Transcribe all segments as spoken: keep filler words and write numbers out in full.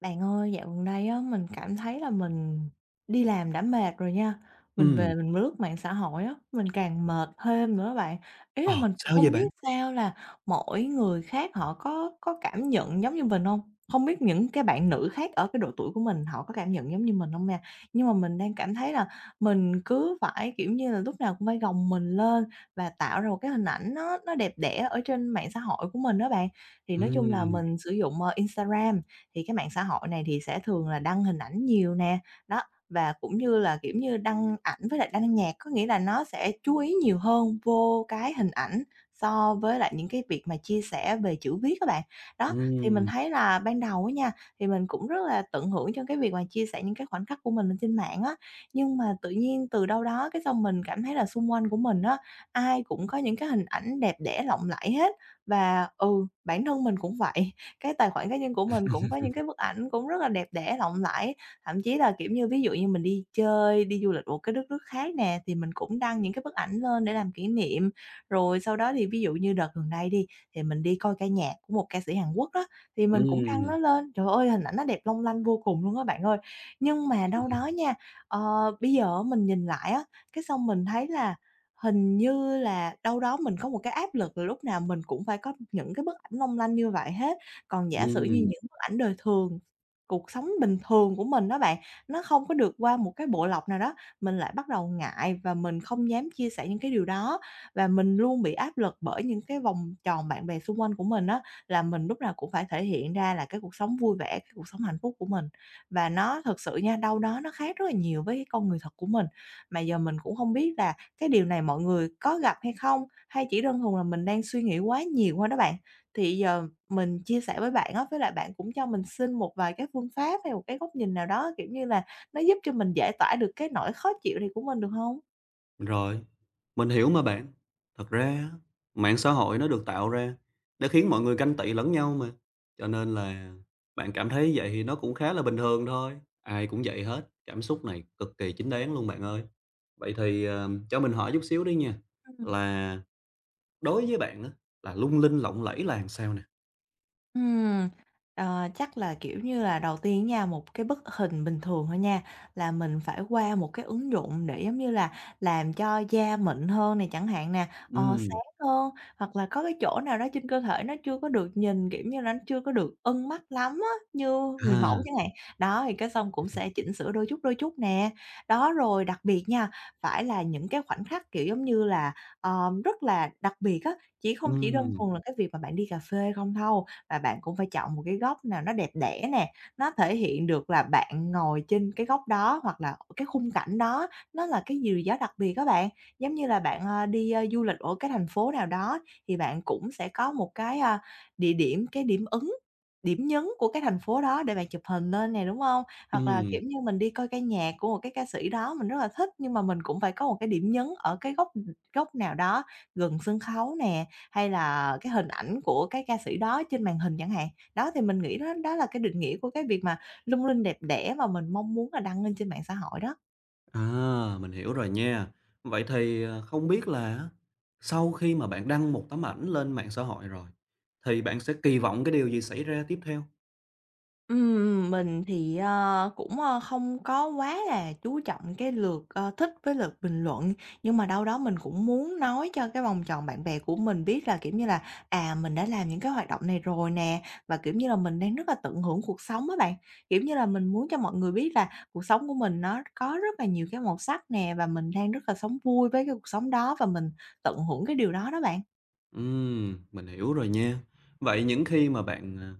Bạn ơi, dạo gần đây á, mình cảm thấy là mình đi làm đã mệt rồi nha, mình Ừm, về mình lướt mạng xã hội á, mình càng mệt thêm nữa bạn. Ý là ờ, mình cũng sao vậy không bạn? biết sao là mỗi người khác họ có có cảm nhận giống như mình không. Không biết những cái bạn nữ khác ở cái độ tuổi của mình họ có cảm nhận giống như mình không nha? Nhưng mà mình đang cảm thấy là mình cứ phải, kiểu như là, lúc nào cũng phải gồng mình lên và tạo ra một cái hình ảnh nó nó đẹp đẽ ở trên mạng xã hội của mình đó bạn. Thì nói chung là Ừm, mình sử dụng, ờ, Instagram thì cái mạng xã hội này thì sẽ thường là đăng hình ảnh nhiều nè, đó, và cũng như là, kiểu như, đăng ảnh với lại đăng nhạc, có nghĩa là nó sẽ chú ý nhiều hơn vô cái hình ảnh so với lại những cái việc mà chia sẻ về chữ viết các bạn. Đó, thì mình ừm, thấy là ban đầu á nha, thì mình cũng rất là tận hưởng cho cái việc mà chia sẻ những cái khoảnh khắc của mình lên trên mạng á, nhưng mà tự nhiên từ đâu đó cái xong mình cảm thấy là xung quanh của mình á, ai cũng có những cái hình ảnh đẹp đẽ lộng lẫy hết và, ừ, bản thân mình cũng vậy, cái tài khoản cá nhân của mình cũng có những cái bức ảnh cũng rất là đẹp đẽ, lộng lẫy. Thậm chí là, kiểu như, ví dụ như mình đi chơi, đi du lịch một cái đất nước khác nè, thì mình cũng đăng những cái bức ảnh lên để làm kỷ niệm. Rồi sau đó thì ví dụ như đợt gần đây đi, thì mình đi coi ca nhạc của một ca sĩ Hàn Quốc đó, thì mình cũng đăng nó ừm, lên. Trời ơi, hình ảnh nó đẹp long lanh vô cùng luôn á bạn ơi. Nhưng mà đâu đó nha, ờ, bây giờ mình nhìn lại á, cái xong mình thấy là hình như là đâu đó mình có một cái áp lực là lúc nào mình cũng phải có những cái bức ảnh long lanh như vậy hết. Còn giả sử như ừm, những bức ảnh đời thường, cuộc sống bình thường của mình đó bạn, nó không có được qua một cái bộ lọc nào đó, mình lại bắt đầu ngại và mình không dám chia sẻ những cái điều đó. Và mình luôn bị áp lực bởi những cái vòng tròn bạn bè xung quanh của mình á, là mình lúc nào cũng phải thể hiện ra là cái cuộc sống vui vẻ, cái cuộc sống hạnh phúc của mình. Và nó thật sự nha, đâu đó nó khác rất là nhiều với cái con người thật của mình. Mà giờ mình cũng không biết là cái điều này mọi người có gặp hay không? Hay chỉ đơn thuần là mình đang suy nghĩ quá nhiều thôi đó bạn? Thì giờ mình chia sẻ với bạn á, với lại bạn cũng cho mình xin một vài cái phương pháp hay một cái góc nhìn nào đó, kiểu như là, nó giúp cho mình giải tỏa được cái nỗi khó chịu này của mình được không? rồi, mình hiểu mà bạn. Thật ra á, mạng xã hội nó được tạo ra để khiến mọi người ganh tị lẫn nhau mà, cho nên là bạn cảm thấy vậy thì nó cũng khá là bình thường thôi, ai cũng vậy hết, cảm xúc này cực kỳ chính đáng luôn bạn ơi. Vậy thì, ờ, cho mình hỏi chút xíu đi nha, Ừm. là đối với bạn á, là lung linh, lộng lẫy là làm sao nè? Ừm, ờ, chắc là, kiểu như là, đầu tiên nha, một cái bức hình bình thường thôi nha, là mình phải qua một cái ứng dụng để, giống như là, làm cho da mịn hơn này chẳng hạn nè, ờ, Ừm, sáng hơn, hoặc là có cái chỗ nào đó trên cơ thể nó chưa có được nhìn, kiểu như là, nó chưa có được ưng mắt lắm á, như người mẫu à, chẳng hạn. Đó, thì cái xong cũng sẽ chỉnh sửa đôi chút, đôi chút nè. Đó, rồi đặc biệt nha, phải là những cái khoảnh khắc, kiểu, giống như là, ờ, rất là đặc biệt á, chỉ không chỉ đơn ừm, thuần là cái việc mà bạn đi cà phê không thâu và bạn cũng phải chọn một cái góc nào nó đẹp đẽ nè, nó thể hiện được là bạn ngồi trên cái góc đó hoặc là cái khung cảnh đó nó là cái gì đó đặc biệt các bạn. Giống như là bạn, ờ, đi, ơ, du lịch ở cái thành phố nào đó thì bạn cũng sẽ có một cái, a, địa điểm, cái điểm ứng điểm nhấn của cái thành phố đó để bạn chụp hình lên nè, đúng không? Hoặc là, ừm. kiểu như, mình đi coi ca nhạc của một cái ca sĩ đó mình rất là thích nhưng mà mình cũng phải có một cái điểm nhấn ở cái góc, góc nào đó gần sân khấu nè, hay là cái hình ảnh của cái ca sĩ đó trên màn hình chẳng hạn. Đó, thì mình nghĩ đó đó là cái định nghĩa của cái việc mà lung linh đẹp đẽ mà mình mong muốn là đăng lên trên mạng xã hội đó. À, mình hiểu rồi nha. Vậy thì, ờ, không biết là sau khi mà bạn đăng một tấm ảnh lên mạng xã hội rồi, thì bạn sẽ kỳ vọng cái điều gì xảy ra tiếp theo? Ừm, mình thì, ơ, cũng, ơ, không có quá là chú trọng cái lượt, ờ, thích với lượt bình luận, nhưng mà đâu đó mình cũng muốn nói cho cái vòng tròn bạn bè của mình biết là, kiểu như là, à, mình đã làm những cái hoạt động này rồi nè, và, kiểu như là, mình đang rất là tận hưởng cuộc sống á bạn. Kiểu như là, mình muốn cho mọi người biết là cuộc sống của mình nó có rất là nhiều cái màu sắc nè, và mình đang rất là sống vui với cái cuộc sống đó và mình tận hưởng cái điều đó đó bạn. Ừm, mình hiểu rồi nha. Vậy những khi mà bạn, ờ,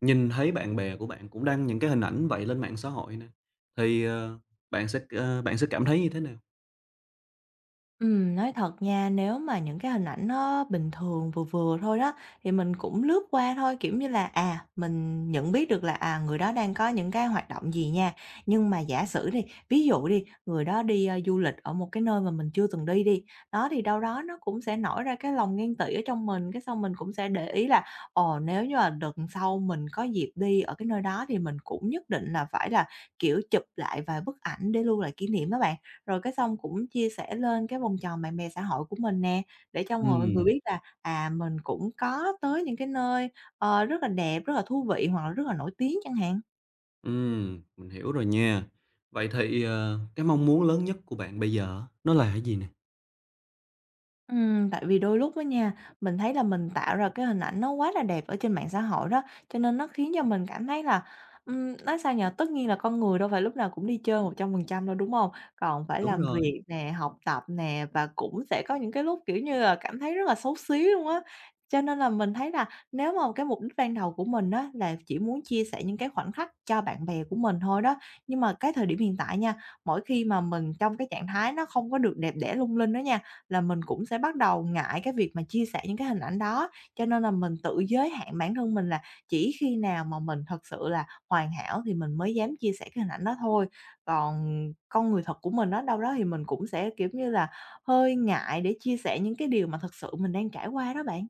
nhìn thấy bạn bè của bạn cũng đăng những cái hình ảnh vậy lên mạng xã hội nè, thì, ờ, bạn sẽ, ờ, bạn sẽ cảm thấy như thế nào? Ừm, nói thật nha, nếu mà những cái hình ảnh nó bình thường vừa vừa thôi đó, thì mình cũng lướt qua thôi, kiểu như là, à, mình nhận biết được là, à, người đó đang có những cái hoạt động gì nha. Nhưng mà giả sử đi, ví dụ đi, người đó đi, a, du lịch ở một cái nơi mà mình chưa từng đi đi, đó, thì đâu đó nó cũng sẽ nổi ra cái lòng ghen tị ở trong mình, cái xong mình cũng sẽ để ý là, ồ, nếu như là đợt sau mình có dịp đi ở cái nơi đó thì mình cũng nhất định là phải là, kiểu, chụp lại vài bức ảnh để lưu lại kỷ niệm á bạn. Rồi cái xong cũng chia sẻ lên cái vòng tròn bạn bè xã hội của mình nè, để cho mọi người Ừm, biết là, à, mình cũng có tới những cái nơi, ờ, rất là đẹp, rất là thú vị hoặc là rất là nổi tiếng chẳng hạn. ừm, mình hiểu rồi nha. Vậy thì, ờ, cái mong muốn lớn nhất của bạn bây giờ nó là cái gì nè? Ừm, tại vì đôi lúc á nha, mình thấy là mình tạo ra cái hình ảnh nó quá là đẹp ở trên mạng xã hội đó, cho nên nó khiến cho mình cảm thấy là, ừm, nói sao nhỉ, tất nhiên là con người đâu phải lúc nào cũng đi chơi một trăm phần trăm đâu, đúng không? Còn phải Đúng làm rồi. việc nè, học tập nè, và cũng sẽ có những cái lúc, kiểu như là, cảm thấy rất là xấu xí luôn á. Cho nên là mình thấy là nếu mà cái mục đích ban đầu của mình á là chỉ muốn chia sẻ những cái khoảnh khắc cho bạn bè của mình thôi đó, nhưng mà cái thời điểm hiện tại nha, mỗi khi mà mình trong cái trạng thái nó không có được đẹp đẽ lung linh đó nha, là mình cũng sẽ bắt đầu ngại cái việc mà chia sẻ những cái hình ảnh đó. Cho nên là mình tự giới hạn bản thân mình là chỉ khi nào mà mình thật sự là hoàn hảo thì mình mới dám chia sẻ cái hình ảnh đó thôi. Còn con người thật của mình đó đâu đó thì mình cũng sẽ, kiểu như là, hơi ngại để chia sẻ những cái điều mà thật sự mình đang trải qua đó bạn.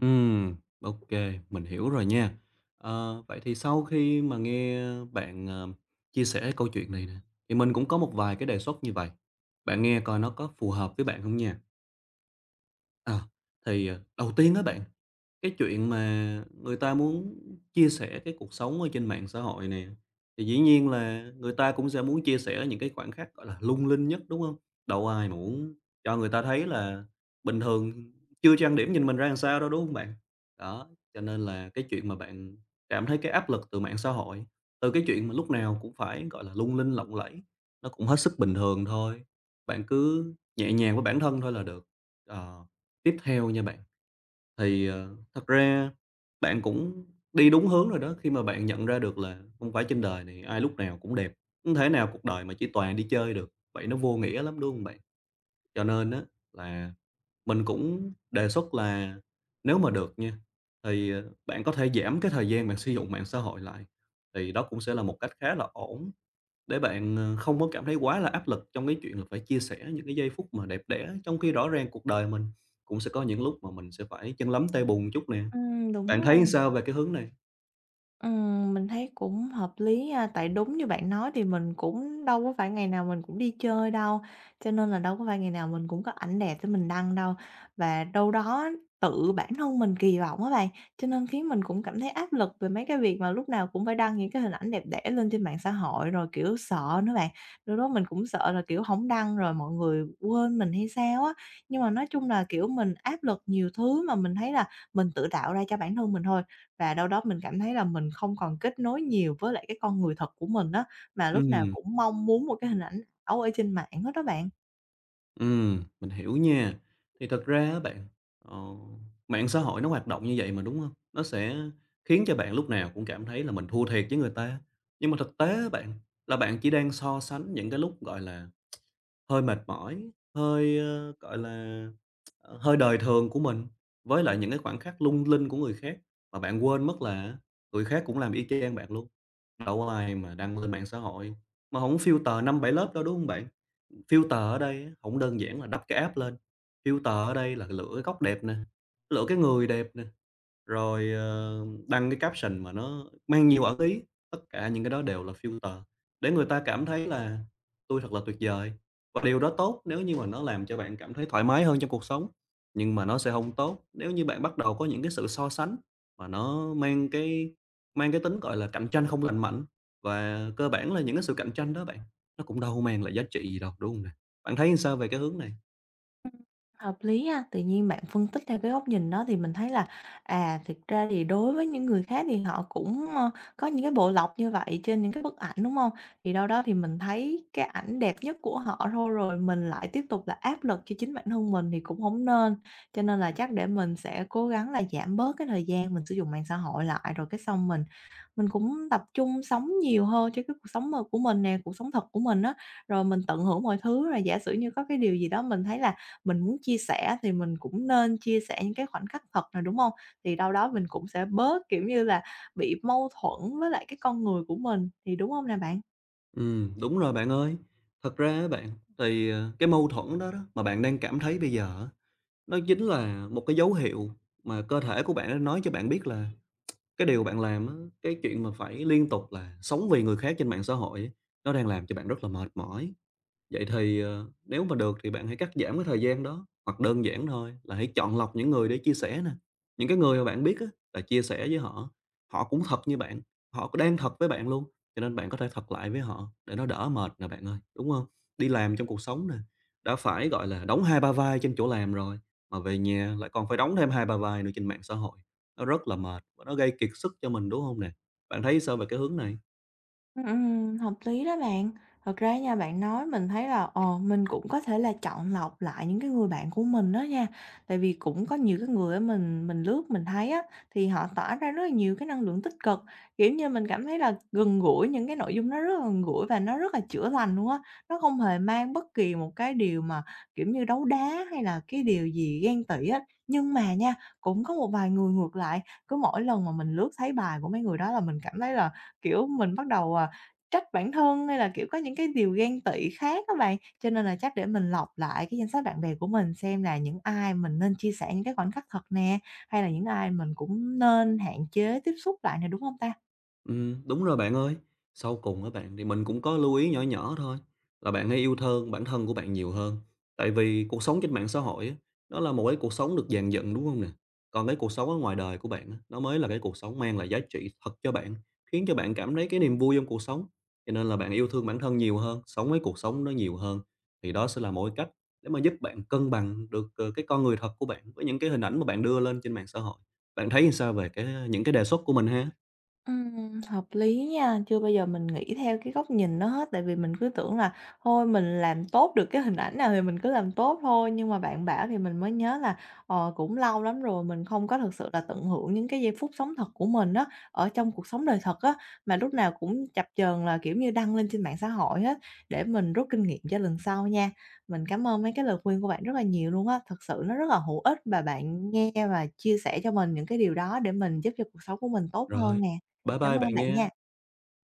Ừm, ok, mình hiểu rồi nha. Ờ, vậy thì sau khi mà nghe bạn, ờ, chia sẻ câu chuyện này nè, thì mình cũng có một vài cái đề xuất như vậy. Bạn nghe coi nó có phù hợp với bạn không nha. À, thì, ờ, đầu tiên á bạn, cái chuyện mà người ta muốn chia sẻ cái cuộc sống ở trên mạng xã hội nè, thì dĩ nhiên là người ta cũng sẽ muốn chia sẻ những cái khoảnh khắc, gọi là, lung linh nhất, đúng không? Đâu ai mà muốn cho người ta thấy là bình thường chưa trang điểm nhìn mình ra làm sao đâu, đúng không bạn? Đó, cho nên là cái chuyện mà bạn cảm thấy cái áp lực từ mạng xã hội, từ cái chuyện mà lúc nào cũng phải, gọi là, lung linh, lộng lẫy, nó cũng hết sức bình thường thôi, bạn cứ nhẹ nhàng với bản thân thôi là được. Ờ, Tiếp theo nha bạn thì, ờ, thật ra bạn cũng đi đúng hướng rồi đó, khi mà bạn nhận ra được là không phải trên đời này ai lúc nào cũng đẹp, hông thể nào cuộc đời mà chỉ toàn đi chơi được, vậy nó vô nghĩa lắm, đúng hông bạn? Cho nên á là mình cũng đề xuất là nếu mà được nha, thì, ờ, bạn có thể giảm cái thời gian bạn sử dụng mạng xã hội lại, thì đó cũng sẽ là một cách khá là ổn để bạn, ờ, không có cảm thấy quá là áp lực trong cái chuyện là phải chia sẻ những cái giây phút mà đẹp đẽ, trong khi rõ ràng cuộc đời mình cũng sẽ có những lúc mà mình sẽ phải chân lấm tay bùn chút nè. Ừm, đúng Bạn thấy rồi. sao về cái hướng này? Ừm, mình thấy cũng hợp lý ha, tại đúng như bạn nói thì mình cũng đâu có phải ngày nào mình cũng đi chơi đâu, cho nên là đâu có phải ngày nào mình cũng có ảnh đẹp để mình đăng đâu. Và đâu đó tự bản thân mình kỳ vọng á bạn, cho nên khiến mình cũng cảm thấy áp lực về mấy cái việc mà lúc nào cũng phải đăng những cái hình ảnh đẹp đẽ lên trên mạng xã hội, rồi, kiểu, sợ nữa bạn. Lúc đó mình cũng sợ là, kiểu, không đăng rồi mọi người quên mình hay sao á. Nhưng mà nói chung là, kiểu, mình áp lực nhiều thứ mà mình thấy là mình tự tạo ra cho bản thân mình thôi, và đâu đó mình cảm thấy là mình không còn kết nối nhiều với lại cái con người thật của mình á, mà lúc nào Ừm. cũng mong muốn một cái hình ảnh ảo ở trên mạng hết đó bạn. Ừm, mình hiểu nha. Thì thật ra á bạn, ờ, mạng xã hội nó hoạt động như vậy mà, đúng không? Nó sẽ khiến cho bạn lúc nào cũng cảm thấy là mình thua thiệt với người ta. Nhưng mà thực tế á bạn, là bạn chỉ đang so sánh những cái lúc, gọi là, hơi mệt mỏi, hơi, ơ, gọi là, ờ, hơi đời thường của mình với lại những cái khoảnh khắc lung linh của người khác, mà bạn quên mất là người khác cũng làm y chang bạn luôn. Đâu có ai mà đăng lên mạng xã hội mà không filter năm bảy lớp đâu, đúng không bạn? Filter ở đây á, hổng đơn giản là đắp cái app lên, filter ở đây là lựa cái góc đẹp nè, lựa cái người đẹp nè, rồi, ờ, đăng cái caption mà nó mang nhiều ẩn ý, tất cả những cái đó đều là filter để người ta cảm thấy là "tôi thật là tuyệt vời." Và điều đó tốt nếu như mà nó làm cho bạn cảm thấy thoải mái hơn trong cuộc sống, nhưng mà nó sẽ không tốt nếu như bạn bắt đầu có những cái sự so sánh mà nó mang cái mang cái tính, gọi là, cạnh tranh không lành mạnh. Và cơ bản là những cái sự cạnh tranh đó bạn, nó cũng đâu mang lại giá trị gì đâu, đúng không nè? Bạn thấy sao về cái hướng này? Hợp lý ha, tự nhiên bạn phân tích theo cái góc nhìn đó thì mình thấy là, à, thực ra thì đối với những người khác thì họ cũng, ơ, có những cái bộ lọc như vậy trên những cái bức ảnh, đúng không? Thì đâu đó thì mình thấy cái ảnh đẹp nhất của họ thôi rồi mình lại tiếp tục là áp lực cho chính bản thân mình thì cũng không nên. Cho nên là chắc để mình sẽ cố gắng là giảm bớt cái thời gian mình sử dụng mạng xã hội lại rồi cái xong mình. Mình cũng tập trung sống nhiều hơn cho cái cuộc sống mà của mình nè, cuộc sống thật của mình á, rồi mình tận hưởng mọi thứ. Rồi giả sử như có cái điều gì đó mình thấy là mình muốn chia sẻ thì mình cũng nên chia sẻ những cái khoảnh khắc thật này đúng không? Thì đâu đó mình cũng sẽ bớt, kiểu như là, bị mâu thuẫn với lại cái con người của mình, thì đúng không nè bạn? Ừ, đúng rồi bạn ơi. Thật ra á bạn, thì, ờ, cái mâu thuẫn đó đó mà bạn đang cảm thấy bây giờ á, nó chính là một cái dấu hiệu mà cơ thể của bạn nó nói cho bạn biết là cái điều bạn làm á, cái chuyện mà phải liên tục là sống vì người khác trên mạng xã hội á, nó đang làm cho bạn rất là mệt mỏi. Vậy thì, ờ, nếu mà được thì bạn hãy cắt giảm cái thời gian đó, hoặc đơn giản thôi là hãy chọn lọc những người để chia sẻ nè. Những cái người mà bạn biết á, là chia sẻ với họ, họ cũng thật như bạn, họ cũng đang thật với bạn luôn, cho nên bạn có thể thật lại với họ để nó đỡ mệt nè bạn ơi, đúng không? Đi làm trong cuộc sống nè, đã phải, gọi là, đóng hai ba vai trên chỗ làm rồi, mà về nhà lại còn phải đóng thêm hai ba vai nữa trên mạng xã hội, nó rất là mệt và nó gây kiệt sức cho mình, đúng không nè? Bạn thấy sao về cái hướng này? Ừm, ừm, hợp lý đó bạn. Thật ra nha, bạn nói mình thấy là, ờ, mình cũng có thể là chọn lọc lại những cái người bạn của mình đó nha. Tại vì cũng có nhiều cái người á mình mình lướt mình thấy á, thì họ tỏa ra rất là nhiều cái năng lượng tích cực, kiểu như, mình cảm thấy là gần gũi, những cái nội dung nó rất là gần gũi và nó rất là chữa lành luôn á. Nó không hề mang bất kỳ một cái điều mà, kiểu như, đấu đá hay là cái điều gì ghen tị á. Nhưng mà nha, cũng có một vài người ngược lại, cứ mỗi lần mà mình lướt thấy bài của mấy người đó là mình cảm thấy là, kiểu, mình bắt đầu, à, trách bản thân hay là, kiểu, có những cái điều ghen tị khác á bạn, cho nên là chắc để mình lọc lại cái danh sách bạn bè của mình xem là những ai mình nên chia sẻ những cái khoảnh khắc thật nè, hay là những ai mình cũng nên hạn chế tiếp xúc lại nè, đúng không ta? Ừm, đúng rồi bạn ơi. Sau cùng á bạn, thì mình cũng có lưu ý nhỏ nhỏ thôi, là bạn hãy yêu thương bản thân của bạn nhiều hơn. Tại vì cuộc sống trên mạng xã hội á, đó là một cái cuộc sống được dàn dựng, đúng không nè? Còn cái cuộc sống ở ngoài đời của bạn á, nó mới là cái cuộc sống mang lại giá trị thật cho bạn, khiến cho bạn cảm thấy cái niềm vui trong cuộc sống. Cho nên là bạn yêu thương bản thân nhiều hơn, sống với cuộc sống nó nhiều hơn, thì đó sẽ là một cái cách để mà giúp bạn cân bằng được, ờ, cái con người thật của bạn với những cái hình ảnh mà bạn đưa lên trên mạng xã hội. Bạn thấy sao về cái những cái đề xuất của mình ha? Ừm, hợp lý nha, chưa bao giờ mình nghĩ theo cái góc nhìn đó hết, tại vì mình cứ tưởng là thôi mình làm tốt được cái hình ảnh nào thì mình cứ làm tốt thôi, nhưng mà bạn bảo thì mình mới nhớ là, ờ, cũng lâu lắm rồi mình không có thực sự là tận hưởng những cái giây phút sống thật của mình đó ở trong cuộc sống đời thật á, mà lúc nào cũng chập chờn là, kiểu như, đăng lên trên mạng xã hội hết, để mình rút kinh nghiệm cho lần sau nha. Mình cảm ơn mấy cái lời khuyên của bạn rất là nhiều luôn á, thực sự nó rất là hữu ích và bạn nghe và chia sẻ cho mình những cái điều đó để mình giúp cho cuộc sống của mình tốt hơn Rồi, nè. bye Cảm bye ơn bạn bạn nha. nha.